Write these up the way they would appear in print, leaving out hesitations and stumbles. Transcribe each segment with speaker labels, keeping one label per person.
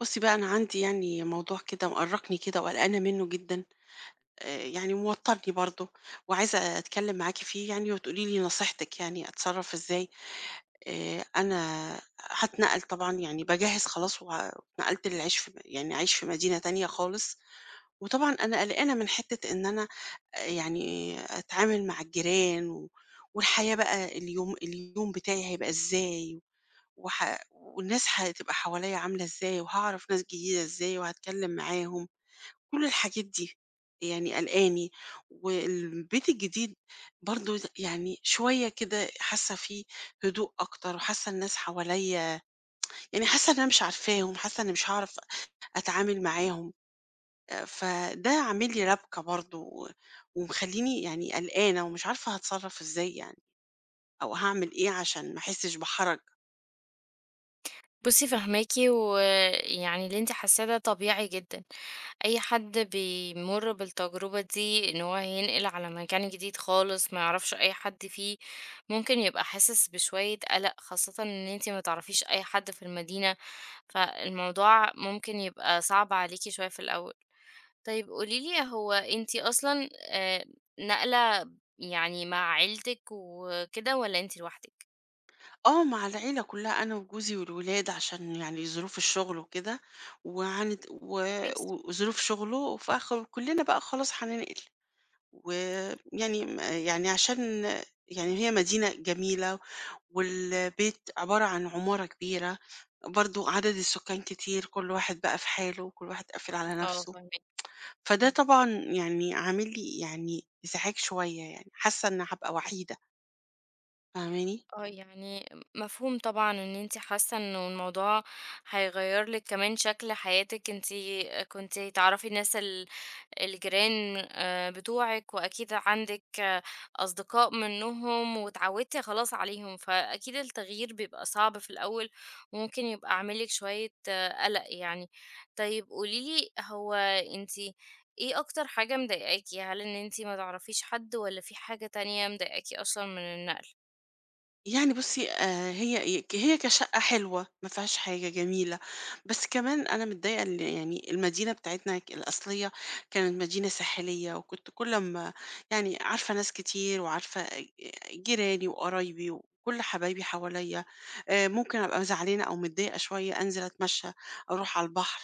Speaker 1: بُصّي بقى أنا عندي يعني موضوع كده مأرّقني كده وقلقانة منّه جدًا، يعني موتّرني برضه، وعايزة أتكلّم معاكِ فيه يعني وتقولي لي نصيحتِك يعني أتصرّف إزاي. أنا هاتنقّل طبعًا، يعني باجهّز خلاص اتنقلت للعيش في يعني أعيش في مدينة تانية خالص، وطبعًا أنا قلقانة من حتّة إن أنا يعني أتعامل مع الجيران والحياة بقى اليوم بتاعي هيبقى إزاي، والناس هتبقى حواليّا عاملة إزاي، وهاعرف ناس جديدة إزاي وهاتكلّم معاهم، كل الحاجات دي يعني قلقاني. والبيت الجديد برضه يعني شوية كده حاسة فيه هدوء أكتر، وحاسة الناس حواليّا يعني حاسة إن أنا مش عارفاهم، حاسة إني مش هاعرف أتعامل معاهم. فده عامل لي ربكة برضه، ومخلّيني يعني قلقانة ومش عارفة هاتصرّف إزاي يعني، أو هاعمل إيه عشان ما أحسّش بحرج.
Speaker 2: بُصّي فاهماكِ، ويعني اللي أنتِ حاسّاه ده طبيعي جدًا، أي حد بيمُر بالتجربة دي إن هو هينقل على مكان جديد خالص ما يعرفش أي حد فيه، ممكن يبقى حاسس بشوية قلق، خاصةً إن أنتِ ما تعرفيش أي حد في المدينة، فالموضوع ممكن يبقى صعب عليكِ شوية في الأول. طيب قولي لي هو أنتِ أصلًا ناقلة يعني مع عيلتِك وكده والّا أنتِ لوحدِك؟
Speaker 1: آه، مع العيلة كلّها، أنا وجوزي والولاد، عشان يعني ظروف الشغل وكده، وهنت و
Speaker 2: كويس.
Speaker 1: و- وظروف شغله كلّنا بقى خلاص هننقل. ويعني م يعني عشان يعني هي مدينة جميلة، والبيت عبارة عن عمارة كبيرة، برضه عدد السكان كتير، كل واحد بقى في حاله وكل واحد قافل على
Speaker 2: آه
Speaker 1: نَفْسه،
Speaker 2: فاهماكِ.
Speaker 1: فده طبعًا يعني عامل لي يعني إزعاج شوية يعني، حاسة إن هابقى وحيدة، فاهماني؟
Speaker 2: آه، مفهوم طبعًا إن أنتِ حاسة إنه الموضوع هيغيّر لِك كمان شكل حياتِك، أنتِ كنتِ تعرفي الناس ال الجيران بتوعِك، وأكيد عندِك أصدقاء منهم واتعودتِ خلاص عليهم، فأكيد التغيير بيبقى صعب في الأول، وممكن يبقى عامل لِك شوية قلق يعني. طيب قولي لي هو أنتِ إيه أكتر حاجة مضايقاكِ؟ هل إن أنتِ ما تعرفيش حد، والّا في حاجة تانية مضايقاكِ أصلًا من النقل؟
Speaker 1: يعني بُصّي، هي كشقة حلوة، ما فيهاش حاجة، جميلة، بس كمان أنا متضايقة يعني المدينة بتاعتنا الأصلية كانت مدينة ساحلية، وكنت كل أمّا يعني عارفة ناس كتير وعارفة جيراني وقرايبي وكل حبايبي حواليّا، ممكن أبقى زعلانة أو متضايقة شوية أنزل أتمشى، أروح على البحر،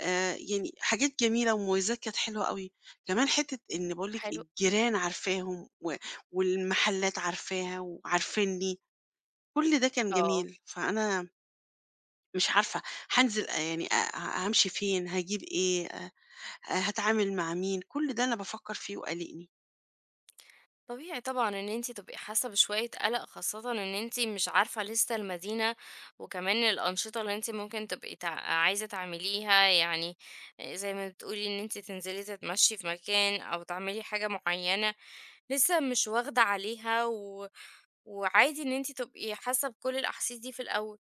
Speaker 1: يعني حاجات جميلة ومميزات كانت حلوة أوي، كمان حتّة إن باقول لِك
Speaker 2: حلو.
Speaker 1: الجيران عارفاهم والمحلات عارفاها وعارفينّي. كل ده كان
Speaker 2: آه،
Speaker 1: جميل، فأنا مش عارفة هانزل يعني أ ه هامشي فين، هاجيب إيه، هاتعامل مع مين، كل ده أنا بافكّر فيه وقالقني.
Speaker 2: طبيعي طبعًا إن أنتِ تبقي حاسة بشوية قلق، خاصةً إن أنتِ مش عارفة لسه المدينة، وكمان الأنشطة اللي أنتِ ممكن تبقي عايزة تعمليها، يعني زي ما بتقولي إن أنتِ تنزلي تتمشي في مكان أو تعملي حاجة معينة لسه مش واخدة عليها و وعادي إن أنتِ تبقي حاسة بكل الأحاسيس دي في الأول.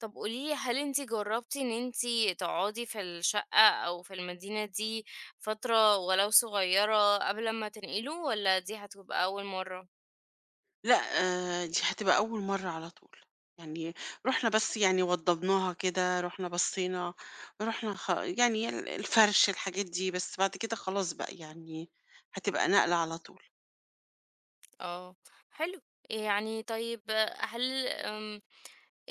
Speaker 2: طب قولي لي هل أنتِ جربتِ إن أنتِ تقعدي في الشقة أو في المدينة دي فترة ولو صغيرة قبل أمّا تنقلوا والّا دي هتبقى أول مرّة؟
Speaker 1: لأ، دي هتبقى أول مرّة على طول، يعني رُحنا بس يعني وضّبناها كده، رُحنا بصّينا، رُحنا يعني الفرش الحاجات دي، بس بعد كده خلاص بقى يعني هتبقى نقلة على طول.
Speaker 2: آه، حلو. يعني طيب هل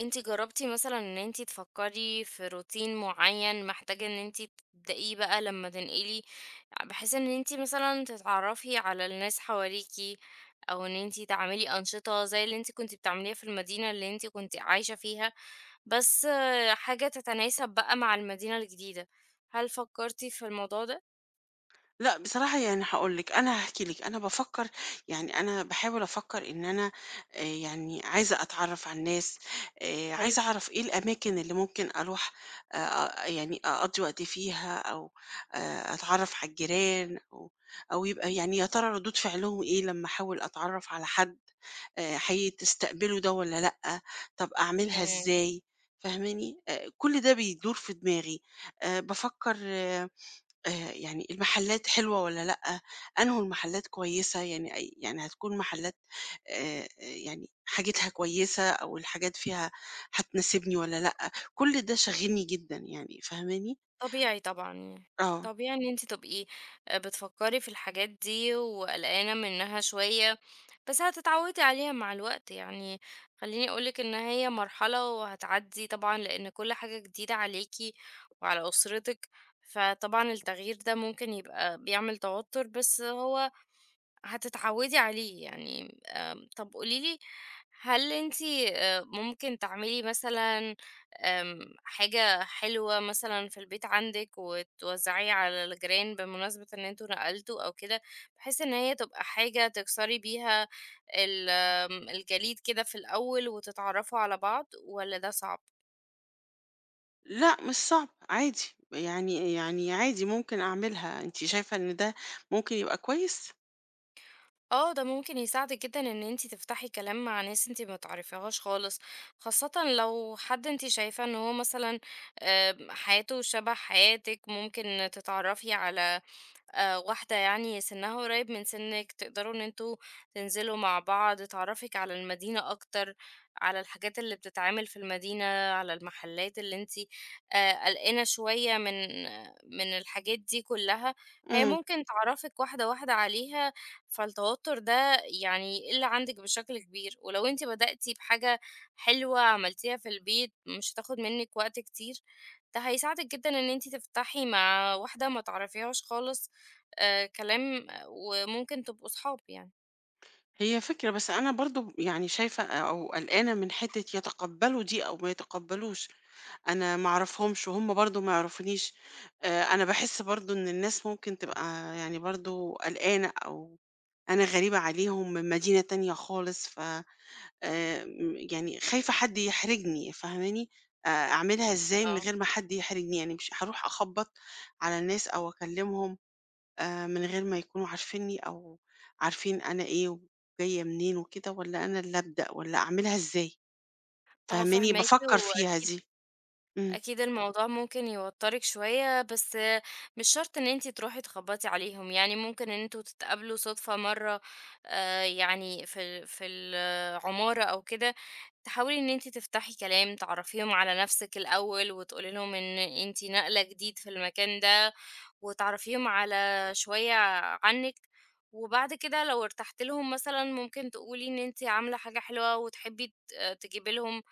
Speaker 2: أنتِ جرّبتِ مثلًا إن أنتِ تفكّري في روتين معيّن محتاجة إن أنتِ تبدئيه بقى لمّا تنقلي، بحيث إن أنتِ مثلًا تتعرّفي على الناس حواليكِ، أو إن أنتِ تعملي أنشطة زي اللي أنتِ كنتِ بتعمليها في المدينة اللي أنتِ كنتِ عايشة فيها، بس حاجة تتناسب بقى مع المدينة الجديدة، هل فكّرتِ في الموضوع ده؟
Speaker 1: لأ، بصراحة يعني هاقول لِك، أنا هاحكي لِك، أنا بافكّر، يعني أنا باحاول أفكّر إن أنا يعني عايزة أتعرّف على الناس،
Speaker 2: حلو،
Speaker 1: عايزة أعرف إيه الأماكن اللي ممكن أروح أ أ يعني أقضّي وقتي فيها، أو أتعرّف على الجيران، أو أو يبقى يعني يا ترى ردود فعلهم إيه لمّا أحاول أتعرّف على حد، هيستقبلوا ده والّا لأ، طَب أعملها
Speaker 2: إمم.
Speaker 1: إزاي، فاهماني؟ كل ده بيدور في دماغي، بافكّر آه، يعني المحلات حلوة والّا لأ، أنهو المحلات كويسة، يعني أي يعني هتكون محلات يعني حاجتها كويسة أو الحاجات فيها هتناسبني والّا لأ، كل ده شاغلني جدًا يعني فاهماني؟
Speaker 2: طبيعي طبعًا،
Speaker 1: آه.
Speaker 2: طبيعي إن أنتِ تبقي بتفكّري في الحاجات دي وقلقانة منها شوية، بس هتتعوّدي عليها مع الوقت، يعني خلّيني أقول لِك إن هي مرحلة وهتعدّي طبعًا لإن كل حاجة جديدة عليكِ وعلى أسرتِك، فطبعًا التغيير ده ممكن يبقى بيعمل توتُّر، بس هو هتتعودي عليه يعني طب قولي لي هل أنتِ ممكن تعملي مثلًا حاجة حلوة مثلًا في البيت عندِك وتوزعيها على الجيران بمناسبة إن أنتم نقلتوا أو كده، بحيث إن هي تبقى حاجة تكسري بيها ال آمم، الجليد كده في الأول وتتعرفوا على بعض والّا ده صعب؟
Speaker 1: لأ مش صعب، عادي، يعني عادي ممكن أعملها، أنتِ شايفة إن ده ممكن يبقى كويس؟
Speaker 2: اه ده ممكن يساعدك جدا ان انتي تفتحي كلام مع ناس انتي ما تعرفيهاش خالص، خاصة لو حد انتي شايفة ان هو مثلا آه، حياته شبه حياتك ممكن تتعرفي على واحدة يعني سِنّها قريب من سِنِّك، تقدروا إن أنتم تنزلوا مع بعض، تعرّفِك على المدينة أكتر، على الحاجات اللي بتتعمل في المدينة، على المحلات اللي أنتِ قلقانة شوية من الحاجات دي كلّها، هي
Speaker 1: إمم.
Speaker 2: ممكن تعرّفِك واحدة، واحدة عليها، فالتوتر ده يعني يقِل عندِك بشكل كبير، ولو أنتِ بدأتِ بحاجة حلوة عملتيها في البيت مش هتاخد منِّك وقت كتير، ده هيساعدِك جدًا إن أنتِ تفتحي مع واحدة ما تعرفيهاش خالص كلام وممكن تبقوا صحاب يعني.
Speaker 1: هي فكرة، بس أنا برضه يعني شايفة أو قلقانة من حتة يتقبّلوا دي أو ما يتقبّلوش. أنا ما أعرفهمش وهم برضه ما يعرفونيش، أنا باحس برضه إن الناس ممكن تبقى يعني برضه قلقانة، أو أنا غريبة عليهم من مدينة تانية خالص، م يعني خايفة حد يحرجني، فاهماني؟ أعملها إزاي من
Speaker 2: آه.
Speaker 1: غير ما حد يحرجني؟ يعني مش هاروح أخبّط على الناس أو أكلمهم من غير ما يكونوا عارفينّي، أو عارفين أنا إيه وجاية منين وكده، والّا أنا اللي أبدأ، والّا أعملها إزاي؟
Speaker 2: آه
Speaker 1: فاهماني؟
Speaker 2: فاهماكِ،
Speaker 1: بافكّر فيها
Speaker 2: وأكيد
Speaker 1: دي. إمم.
Speaker 2: الموضوع ممكن يوتّرِك شوية، بس مش شرط إن أنتِ تروحي تخبّطي عليهم، يعني ممكن إن أنتم تتقابلوا صدفة مرّة يعني في العمارة أو كده، تحاولي إن أنتِ تفتحي كلام، تعرّفيهم على نَفْسِك الأول وتقولي لهم إن أنتِ ناقلة جديد في المكان ده وتعرفيهم على شوية عنِّك، وبعد كده لو ارتحتِ لهم مثلًا ممكن تقولي إن أنتِ عاملة حاجة حلوة وتحبي تجيبي لهم،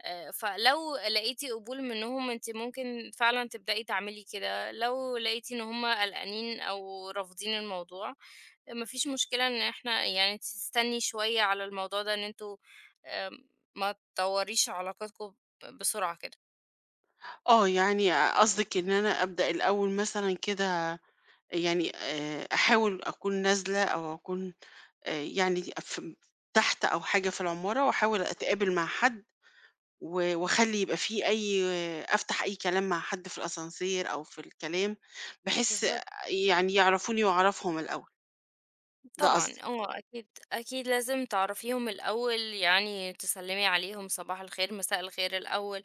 Speaker 2: فلو لقيتِ قبول منهم أنتِ ممكن فعلًا تبدئي تعملي كده، لو لقيتِ إن هُم قلقانين أو رافضين الموضوع، ما فيش مشكلة إن إحنا يعني أنتِ تستني شوية على الموضوع ده إن أنتم آمم، ما تطوريش علاقتكم بسرعة كده.
Speaker 1: آه، يعني قصدِك إن أنا أبدأ الأول مثلًا كده، يعني أحاول أكون نازلة أو أكون يعني تحت أو حاجة في العمارة، وأحاول أتقابل مع حد وأخلّي يبقى في أي، أفتح أي كلام مع حد في الأسانسير أو في الكلام، بحيث
Speaker 2: بالضبط.
Speaker 1: يعني يعرفوني وأعرفهم الأول، ده
Speaker 2: طبعًا
Speaker 1: قصدِك،
Speaker 2: آه، أكيد، أكيد لازم تعرفيهم الأول يعني تسلّمي عليهم صباح الخير، مساء الخير الأول،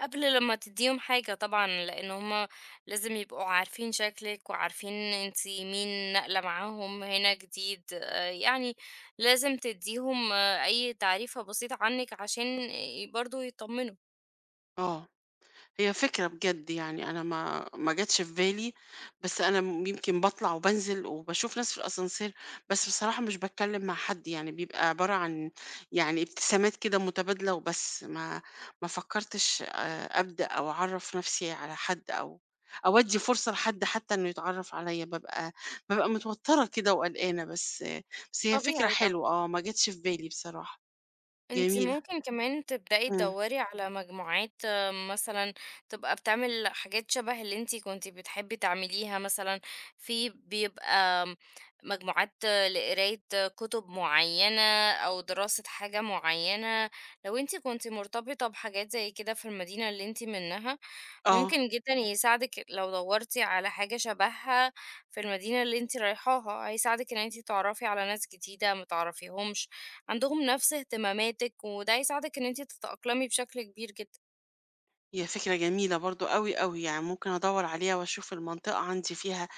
Speaker 2: قبل لمّا تدّيهم حاجة طبعًا، لإن هُم لازم يبقوا عارفين شكلِك وعارفين أنتِ مين، ناقلة معاهم هنا جديد، يعني لازم تدّيهم آه، أي تعريفة بسيطة عنِّك عشان برضه يتطمنوا،
Speaker 1: آه. هي فكرة بجد، يعني أنا ما جاتش في بالي، بس أنا يمكن بطلع وبنزل وبشوف ناس في الأسانسير، بس بصراحة مش بتكلم مع حد، يعني بيبقى عبارة عن يعني ابتسامات كده متبادلة وبس، ما فكرتش آه، أبدأ أو أعرف نفسي على حد، أو أودي فرصة لحد حتى إنه يتعرف عليا، ببقى متوترة كده وقلقانة، بس هي فكرة
Speaker 2: طبيعي طبعًا.
Speaker 1: حلوة، اه ما جاتش في بالي بصراحة.
Speaker 2: أنتِ
Speaker 1: جميلة.
Speaker 2: ممكن كمان تبدئي
Speaker 1: مم.
Speaker 2: تدوّري على مجموعات آه، مثلًا تبقى بتعمل حاجات شبه اللي أنتِ كنتِ بتحبي تعمليها مثلًا، في بيبقى مجموعات آه، لقراية كتب معيّنة أو دراسة حاجة معيّنة، لو أنتِ كنتِ مرتبطة بحاجات زي كده في المدينة اللي أنتِ منها
Speaker 1: اه
Speaker 2: ممكن جدًا يساعدِك لو دورتِ على حاجة شبهها في المدينة اللي أنتِ رايحاها، هيساعدِك إن أنتِ تتعرفي على ناس جديدة ما تعرفيهمش، عندهم نفس اهتماماتِك، وده هيساعدِك إن أنتِ تتأقلمي بشكل كبير جدًا.
Speaker 1: هي فكرة جميلة برضو قوي قوي، يعني ممكن أدور عليها وأشوف المنطقة عندي فيها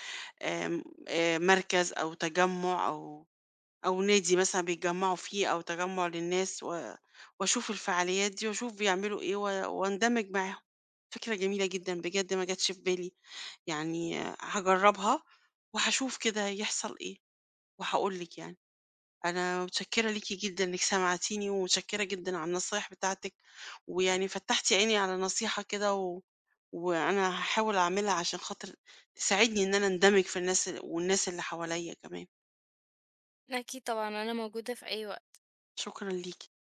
Speaker 1: آم، آه، مركز أو تجمع أو أو نادي مثلا بيتجمعوا فيه أو تجمع للناس، وأشوف الفعاليات دي وأشوف بيعملوا إيه وأندمج معاهم. فكرة جميلة جدا بجد، ما جاتش في بالي. يعني آه، هجربها وهشوف كده يحصل إيه وهقولك يعني. أنا متشكرة ليكِ جدًا إنِّك سمعتيني، ومتشكرة جدًا على النصايح بتاعتِك، ويعني فتّحتِ عيني على نصيحة كده، وأنا هاحاول أعملها عشان خاطر تساعدني إن أنا أندمج في الناس والناس اللي حواليّا كمان.
Speaker 2: أكيد طبعًا، أنا موجودة في أي وقت.
Speaker 1: شكرًا ليكِ.